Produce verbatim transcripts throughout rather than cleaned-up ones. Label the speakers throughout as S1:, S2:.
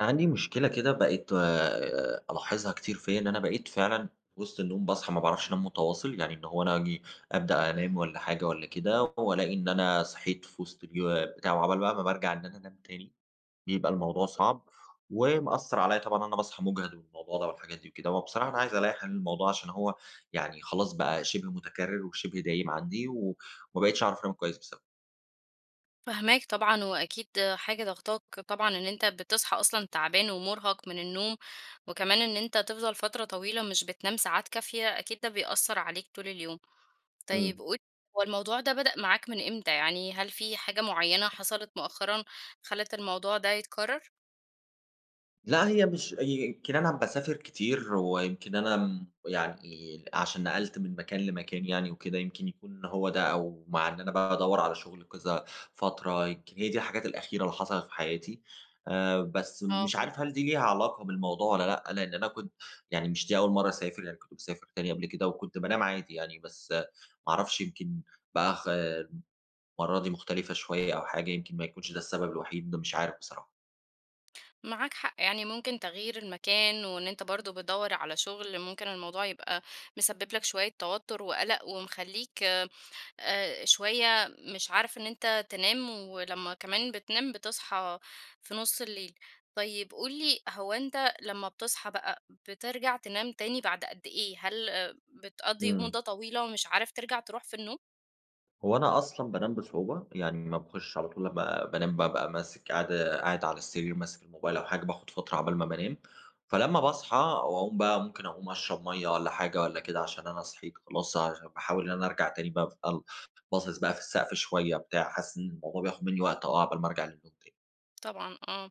S1: أنا عندي مشكلة كده بقيت آآ ألاحظها كتير فيّا، إن أنا بقيت فعلًا وسط النوم باصحى ما باعرفش أنام متواصل، يعني إن هو أنا آجي أبدأ أنام والّا حاجة والّا كده، وألاقي إن أنا صحيت في وسط اليو بتاع وعقبال بقى ما بارجع إن أنا أنام تاني، بيبقى الموضوع صعب، ومأثّر عليّا. طبعًا أنا باصحى مُجهد والموضوع ده والحاجات دي وكده، وبصراحة أنا عايز ألاقي حل للموضوع عشان هو يعني خلاص بقى شِبه متكرر وشِبه دايم عندي، وما بقيتش أعرف أنام كويس بسببه.
S2: فاهماك طبعًا، وأكيد حاجة ضاغطاك طبعًا إن أنت بتصحى أصلًا تعبان ومُرهق من النوم، وكمان إن أنت تفضل فترة طويلة مش بتنام ساعات كافية، أكيد ده بيأثّر عليك طول اليوم. طيب
S1: إمم.
S2: قُل هو الموضوع ده بدأ معاك من إمتى؟ يعني هل في حاجة معيّنة حصلت مؤخرًا خلّت الموضوع ده يتكرر؟
S1: لأ، هي مش يمكن أنا باسافر كتير، ويمكن أنا م يعني عشان نقلت من مكان لمكان يعني وكده، يمكن يكون هو ده أو مع إن أنا بقى أدوّر على شغل كذا فترة، يمكن هي دي الحاجات الأخيرة اللي حصلت في حياتي. آآ، بس
S2: آه
S1: مش عارف
S2: فهمتك.
S1: هل دي ليها علاقة بالموضوع والّا لأ، لإن أنا كنت يعني مش دي أول مرّة أسافر، يعني كنت باسافر تاني قبل كده وكنت بانام عادي يعني، بس ما أعرفش. يمكن بقى خ المرّة دي مختلفة شوية أو حاجة، يمكن ما يكونش ده السبب الوحيد، ده مش عارف بصراحة.
S2: معاك حق، يعني ممكن تغيير المكان وإن أنت برضه بتدوّر على شُغل، ممكن الموضوع يبقى مسبب لك شوية توتر وقلق ومخلّيك آآ شوية مش عارف إن أنت تنام، ولمّا كمان بتنام بتصحى في نُص الليل. طيب قُل لي هو أنت لمّا بتصحى بقى، بترجع تنام تاني بعد قد إيه؟ هل آه، بتقضّي
S1: إمم.
S2: مدة طويلة ومش عارف ترجع تروح في النوم؟
S1: هو أنا أصلًا بانام بصعوبة، يعني ما باخُشش على طول. لمّا بانام بابقى ماسك قاعد قاعد على السرير ماسك الموبايل أو حاجة، باخد فترة عقبال ما بانام، فلمّا باصحى وأقوم بقى ممكن أقوم أشرب مَيّة والّا حاجة والّا كده. عشان أنا صحيت خلاص عشان باحاول إن أنا أرجع تاني بافضل باصص بقى في السقف شوية بتاع، حاسس إن الموضوع بياخد منّي وقت آه، عقبال ما أرجع للنوم تاني.
S2: طبعًا، آه.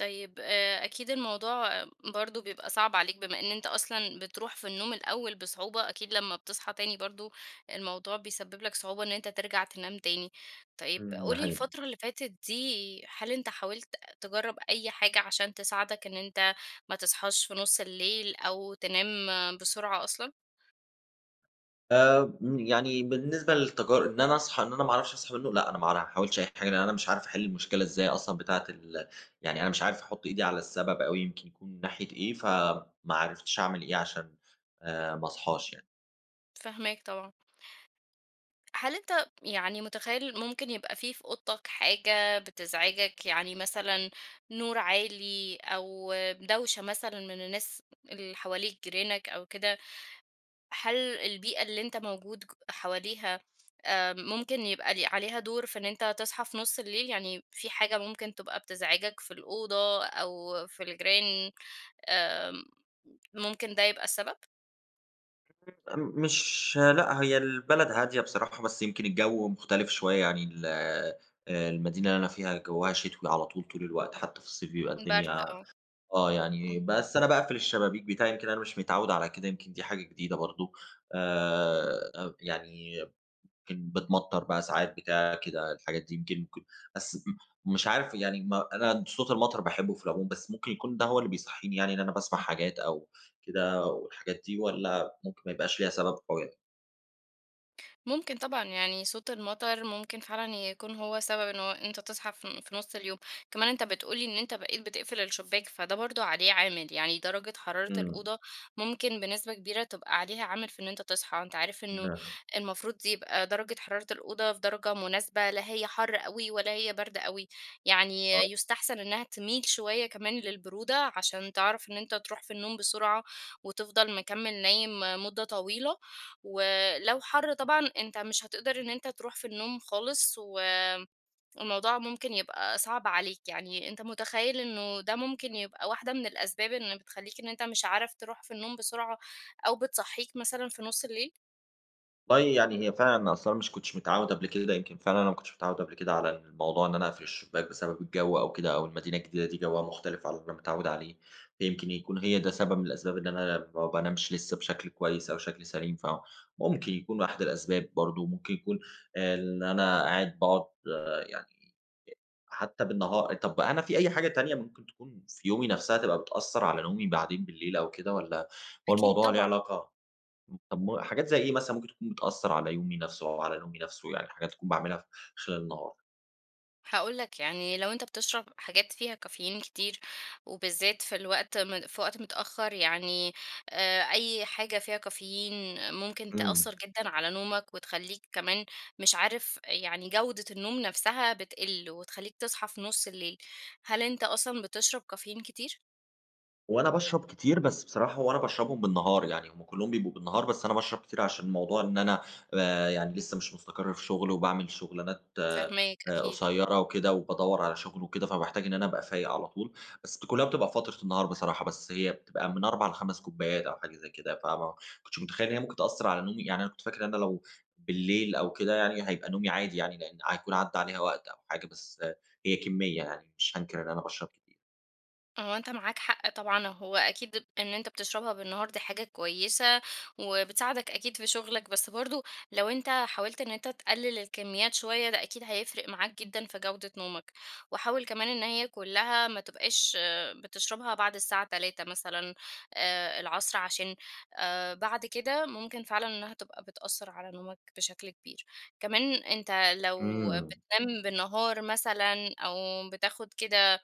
S2: طيب آه، أكيد الموضوع برضو بيبقى صعب عليك بما إن أنت أصلا بتروح في النوم الأول بصعوبة، أكيد لما بتصحى تاني برضو الموضوع بيسبب لك صعوبة إن أنت ترجع تنام تاني. طيب
S1: إمم، ده
S2: قولي
S1: حقيقي.
S2: الفترة اللي فاتت دي هل أنت حاولت تجرب أي حاجة عشان تساعدك إن أنت ما تصحاش في نص الليل أو تنام بسرعة أصلا؟
S1: آآ، م يعني بالنسبة للتجار إن أنا أصحى إن أنا ما أعرفش أصحى منه، لأ، أنا ما أعر ما حاولتش أي حاجة، لأن أنا مش عارف أحل المشكلة إزاي أصلًا بتاعة ال يعني أنا مش عارف أحط إيدي على السبب أوي، يمكن يكون من ناحية إيه، فما عرفتش أعمل إيه عشان آآ، ما أصحاش يعني.
S2: فهماك طبعا. هل أنت يعني متخيل ممكن يبقى في في أوضتك حاجة بتزعجك، يعني مثلًا نور عالي أو دوشة مثلًا من الناس اللي حواليك جيرانك أو كده، هل البيئة اللي أنت موجود ج حواليها آآ، ممكن يبقى ل عليها دور في إن أنت تصحى في نُص الليل، يعني في حاجة ممكن تبقى بتزعجك في الأوضة أو في الجيران، آمم، ممكن ده يبقى السبب؟
S1: م مش، لأ، هي البلد هادية بصراحة، بس يمكن الجو مختلف شوية. يعني ال آآ، المدينة اللي أنا فيها جوّها شتوي على طول، طول الوقت، حتى في الصيف بيبقى
S2: البرد
S1: الدنيا
S2: آه،
S1: آه، يعني
S2: إمم.
S1: بس أنا باقفل الشبابيك بتاعي، يمكن أنا مش متعوّد على كده، يمكن دي حاجة جديدة برضه. آآ، أ يعني يمكن بتمطَّر بقى ساعات بتاع كده، الحاجات دي يمكن ممكن. بس م مش عارف يعني، ما أنا صوت المطر باحبه في العموم، بس ممكن يكون ده هو اللي بيصحّيني، يعني إن أنا باسمع حاجات أو كده والحاجات دي، والّا ممكن ما يبقاش ليها سبب قوي يعني؟
S2: ممكن طبعًا، يعني صوت المطر ممكن فعلًا يكون هو سبب إنه أنت تصحى في في نُص اليوم، كمان أنت بتقول لي إن أنت بقيت بتقفل الشباك، فده برضه عليه عامل، يعني درجة حرارة
S1: إمم،
S2: الأوضة ممكن بنسبة كبيرة تبقى عليها عامل في إن أنت تصحى، أنت عارف
S1: ده
S2: إنه
S1: آه.
S2: المفروض دي يبقى درجة حرارة الأوضة في درجة مناسبة، لا هي حر أوي ولا هي برد أوي، يعني يستحسن إنها تميل شوية كمان للبرودة عشان تعرف إن أنت تروح في النوم بسرعة وتفضل مكمل نايم مدة طويلة و لو حر طبعًا أنت مش هتقدر إن أنت تروح في النوم خالص، والموضوع ممكن يبقى صعب عليك، يعني أنت متخيّل إنه ده ممكن يبقى واحدة من الأسباب إن بتخلّيك إن أنت مش عارف تروح في النوم بسرعة أو بتصحّيك مثلًا في نُص الليل؟
S1: والله يعني هي فعلًا أنا أصل أنا مش كنتش متعوّد قبل كده، يمكن فعلًا أنا ما كنتش متعوّد قبل كده على الموضوع إن أنا أقفل الشباك بسبب الجو أو كده، أو المدينة الجديدة دي جوّها مختلف عن اللي أنا متعوّد عليه، فيمكن يكون هي ده سبب من الأسباب إن أنا ما بانامش لسه بشكل كويس أو شكل سليم، فممكن يكون واحد الأسباب برضه. ممكن يكون آه، إن أنا قاعد باقعد يعني حتى بالنها طب أنا في أي حاجة تانية ممكن تكون في يومي نفسها تبقى بتأثّر على نومي بعدين بالليل أو كده، والّا هو
S2: أكيد
S1: الموضوع ليه
S2: طبعًا.
S1: علاقة؟ طب ما حاجات زي إيه مثلًا ممكن تكون بتأثّر على يومي نفسه أو على نومي نفسه، يعني حاجات أكون باعملها ف خلال النهار؟
S2: هاقول لك يعني لو أنت بتشرب حاجات فيها كافيين كتير، وبالذات في الوقت م في وقت متأخر، يعني آآ، أي حاجة فيها كافيين ممكن
S1: إمم.
S2: تأثّر جدًا على نومك، وتخلّيك كمان مش عارف يعني جودة النوم نفسها بتقل، وتخلّيك تصحى في نُص الليل. هل أنت أصلًا بتشرب كافيين كتير؟
S1: هو أنا باشرب كتير، بس بصراحة هو أنا باشربهم بالنهار، يعني هم كلّهم بيبقوا بالنهار. بس أنا باشرب كتير عشان موضوع إن أنا آآ يعني لسه مش مستقر في شغل وباعمل شغلانات آآ
S2: فاهماك أكيد.
S1: قصيّرة وكده وبادوّر على شغل وكده، فباحتاج إن أنا أبقى فايق على طول، بس كلّها بتبقى في فترة النهار بصراحة. بس هي بتبقى من أربعة ل5 كوبايات أو حاجة زي كده، فما كنتش متخيّل إن هي ممكن تأثّر على نومي، يعني أنا كنت فاكر إن أنا لو بالليل أو كده يعني هيبقى نومي عادي يعني، لإن هيكون عدّى عليها وقت أو حاجة. بس آه، هي كمّية، يعني مش هانكر إن أنا باشرب كتير.
S2: هو أنت معاك حق طبعًا، هو أكيد إن أنت بتشربها بالنهار دي حاجة كويسة، وبتساعدك أكيد في شغلك، بس برضه لو أنت حاولت إن أنت تقلل الكميات شوية، ده أكيد هيفرق معاك جدًا في جودة نومك، وحاول كمان إن هي كلها ما تبقاش آه، بتشربها بعد الساعة تلاتة مثلًا، آآ العصر، عشان آآ بعد كده ممكن فعلًا إنها تبقى بتأثّر على نومك بشكل كبير. كمان أنت لو
S1: إمم،
S2: بتنام بالنهار مثلًا أو بتاخد كده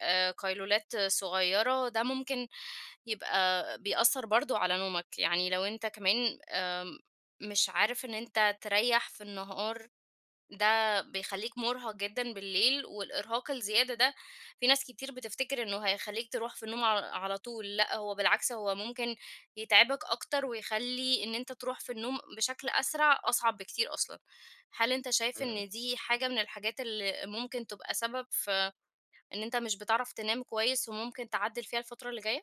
S2: آآ قيلولات صغيرة، ده ممكن يبقى بيأثّر برضه على نومك، يعني لو أنت كمان آمم مش عارف إن أنت تريّح في النهار، ده بيخلّيك مُرهَق جدًا بالليل، والإرهاق الزيادة ده في ناس كتير بتفتكر إنه هيخلّيك تروح في النوم على على طول، لأ هو بالعكس هو ممكن يتعبك أكتر، ويخلّي إن أنت تروح في النوم بشكل أسرع أصعب بكتير أصلًا. هل أنت شايف
S1: إمم.
S2: إن دي حاجة من الحاجات اللي ممكن تبقى سبب في إن أنت مش بتعرف تنام كويس وممكن تعدّل فيها الفترة اللي جاية؟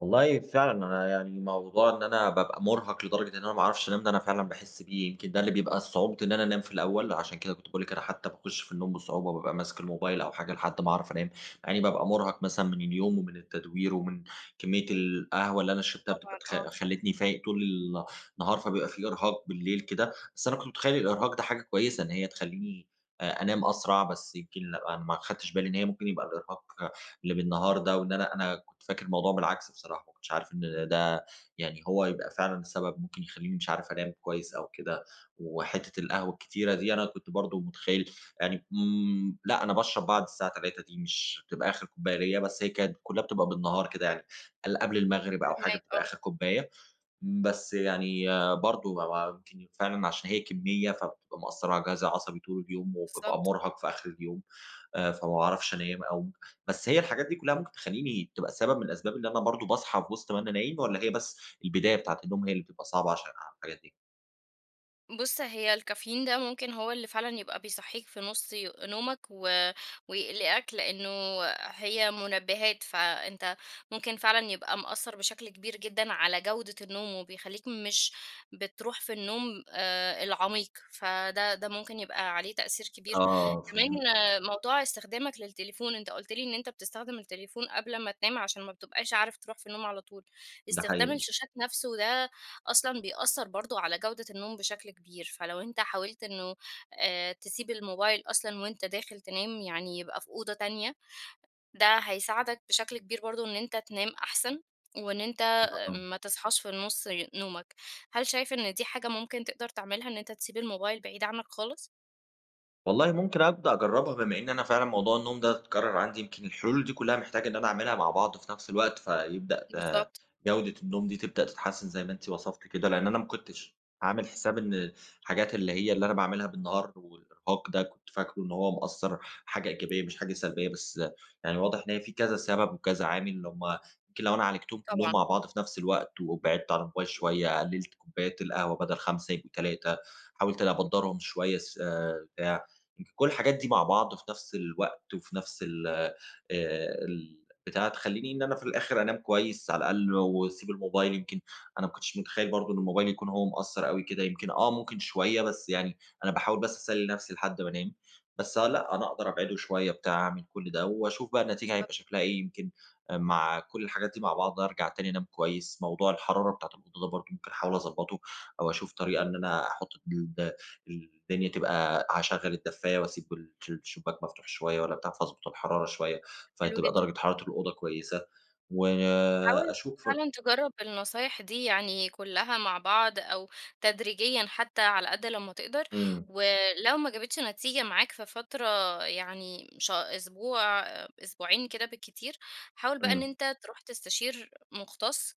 S1: والله فعلًا أنا يعني موضوع إن أنا بابقى مُرهق لدرجة إن أنا ما أعرفش أنام، ده أنا فعلًا باحس بيه. يمكن ده اللي بيبقى صعوبة إن أنا أنام في الأول، عشان كده كنت باقول لِك أنا حتى باخش في النوم بصعوبة، بابقى ماسك الموبايل أو حاجة لحد ما أعرف أنام، مع إني بابقى مُرهق مثلًا من اليوم ومن التدوير ومن كمية القهوة اللي أنا شربتها بتبقى
S2: طبعًا
S1: تخ
S2: آه،
S1: خلّتني فايق طول النهار، فبيبقى في إرهاق بالليل كده. بس أنا كنت متخيّل الإرهاق ده حاجة كويسة إن هي تخلّيني آآ أنام أسرع، بس يمكن لأ، أنا ما خدتش بالي إن هي ممكن يبقى الإرهاق اللي بالنهار ده، وإن أنا أنا كنت فاكر الموضوع بالعكس بصراحة، ما كنتش عارف إن ده يعني هو يبقى فعلًا السبب، ممكن يخلّيني مش عارف أنام كويس أو كده. وحتّة القهوة الكتيرة دي أنا كنت برضه متخيل يعني امم، لأ، أنا باشرب بعد الساعة تلاتة دي، مش بتبقى آخر كوباية ليّا، بس هي كانت كلّها بتبقى بالنهار كده يعني، ال قبل المغرب أو حاجة
S2: فاهماك
S1: بتبقى
S2: آه،
S1: آخر كوباية. بس يعني برضه ما ما يمكن فعلًا عشان هي كمية، فبتبقى مأثّرة على جهازي العصبي طول اليوم، وبابقى
S2: بالضبط.
S1: مُرهق في آخر اليوم. آآ، فما باعرفش أنام. أو بس هي الحاجات دي كلها ممكن تخلّيني تبقى سبب من الأسباب إن أنا برضه باصحى في وسط ما أنا نايم، والّا هي بس البداية بتاعة النوم هي اللي بتبقى صعبة عشان الحاجات دي؟
S2: بُص، هي الكافيين ده ممكن هو اللي فعلًا يبقى بيصحّيك في نُص ي نومك و ويقلقك، لإنه هي منبهات، فأنت ممكن فعلًا يبقى مأثّر بشكل كبير جدًا على جودة النوم، وبيخلّيك مش بتروح في النوم آآ العميق، فده ده ممكن يبقى عليه تأثير كبير.
S1: آه، فهمت.
S2: كمان آه، موضوع استخدامك للتليفون، أنت قُلت لي إن أنت بتستخدم التليفون قبل ما تنام عشان ما بتبقاش عارف تروح في النوم على طول.
S1: ده
S2: استخدام
S1: حقيقي.
S2: الشاشات نَفْسه ده أصلًا بيأثّر برضه على جودة النوم بشكل كبير، فلو أنت حاولت إنه آآ تسيب الموبايل أصلًا وأنت داخل تنام، يعني يبقى في أوضة تانية، ده هيساعدك بشكل كبير برضه إن أنت تنام أحسن، وإن أنت
S1: آه.
S2: ما تصحاش في نُص نومك. هل شايف إن دي حاجة ممكن تقدر تعملها، إن أنت تسيب الموبايل بعيد عنك خالص؟
S1: والله ممكن أبدأ أجرّبها بما إن أنا فعلًا موضوع النوم ده اتكرر عندي، يمكن الحلول دي كلّها محتاج إن أنا أعملها مع بعض في نفس الوقت، فيبدأ آآ
S2: بالضبط،
S1: جودة النوم دي تبدأ تتحسّن زي ما أنتِ وصفتِ كده، لإن أنا ما كنتش عامل حساب إن الحاجات اللي هي اللي أنا باعملها بالنهار والإرهاق ده كنت فاكره إن هو مأثّر حاجة إيجابية مش حاجة سلبية. بس آه، يعني واضح إن هي في كذا سبب وكذا عامل اللي هُم يمكن لو أنا عالجتهم كلّهم
S2: طبعًا،
S1: مع بعض في نفس الوقت وبعدت عن الموبايل شوية، قلّلت كوبايات القهوة بدل خمسة يبقوا تلات، حاولت إن أبدّرهم شوية س آآ بتاع، يمكن كل الحاجات دي مع بعض في نفس الوقت وفي نفس ال آآ البتاع تخلّيني إن أنا في الآخر أنام كويس على الأقل وأسيب الموبايل. يمكن أنا ما كنتش متخيّل برضه إن الموبايل يكون هو مأثّر أوي كده، يمكن آه ممكن شوية، بس يعني أنا باحاول بس أسلّي نفسي لحد ما أنام. بس آه لأ، أنا أقدر أبعده شوية بتاع، أعمل كل ده وأشوف بقى النتيجة هيبقى
S2: بالضبط،
S1: شكلها إيه. يمكن آه، مع كل الحاجات دي مع بعض أرجع تاني أنام كويس. موضوع الحرارة بتاعة الأوضة ده برضه ممكن أحاول أضبّطه أو أشوف طريقة إن أنا أحُط الدنيا تبقى، هاشغّل الدفاية وأسيب ال الشباك مفتوح شوية والّا بتاع، فاضبط الحرارة شوية،
S2: حلو
S1: فتبقى
S2: جدًا.
S1: درجة حرارة الأوضة كويسة،
S2: حاول
S1: وأشوف.
S2: فعلًا تجرّب النصايح دي يعني كلّها مع بعض أو تدريجيًا حتى على قد لمّا تقدر،
S1: إمم،
S2: ولو ما جابتش نتيجة معاك في فترة يعني ش أسبوع، أسبوعين كده بالكتير، حاول بقى إن
S1: إمم،
S2: أنت تروح تستشير مُختص،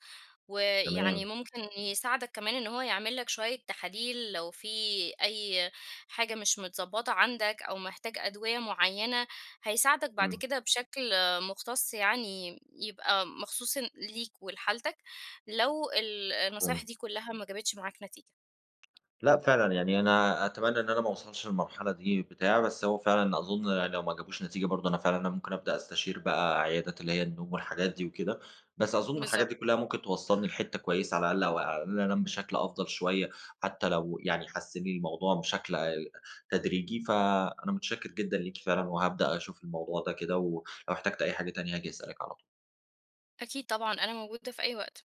S2: ويعني
S1: تمام،
S2: ممكن يساعدك كمان إن هو يعمل لك شوية تحاليل لو في أي حاجة مش متظبطة عندك أو محتاج أدوية معينة هيساعدك بعد
S1: إمم،
S2: كده بشكل مختص، يعني يبقى مخصوص ليك ولحالتك لو ال- النصايح
S1: مفهوم.
S2: دي كلها ما جابتش معاك نتيجة.
S1: لأ فعلًا، يعني أنا أتمنى إن أنا ما أوصلش للمرحلة دي بتاع، بس هو فعلًا أظن يعني لو ما جابوش نتيجة برضه أنا فعلًا أنا ممكن أبدأ أستشير بقى عيادات اللي هي النوم والحاجات دي وكده. بس أظن الحاجات
S2: بالظبط.
S1: دي كلّها ممكن توصّلني لحتّة كويسة على الأقل، أو على الأقل أنام بشكل أفضل شوية، حتى لو يعني حسّن لي الموضوع بشكل ال تدريجي، فأنا متشكر جدًا ليكِ فعلًا وهابدأ أشوف الموضوع ده كده، ولو احتجت أي حاجة تانية هاجي أسألِك على طول.
S2: أكيد طبعا أنا موجودة في أي وقت.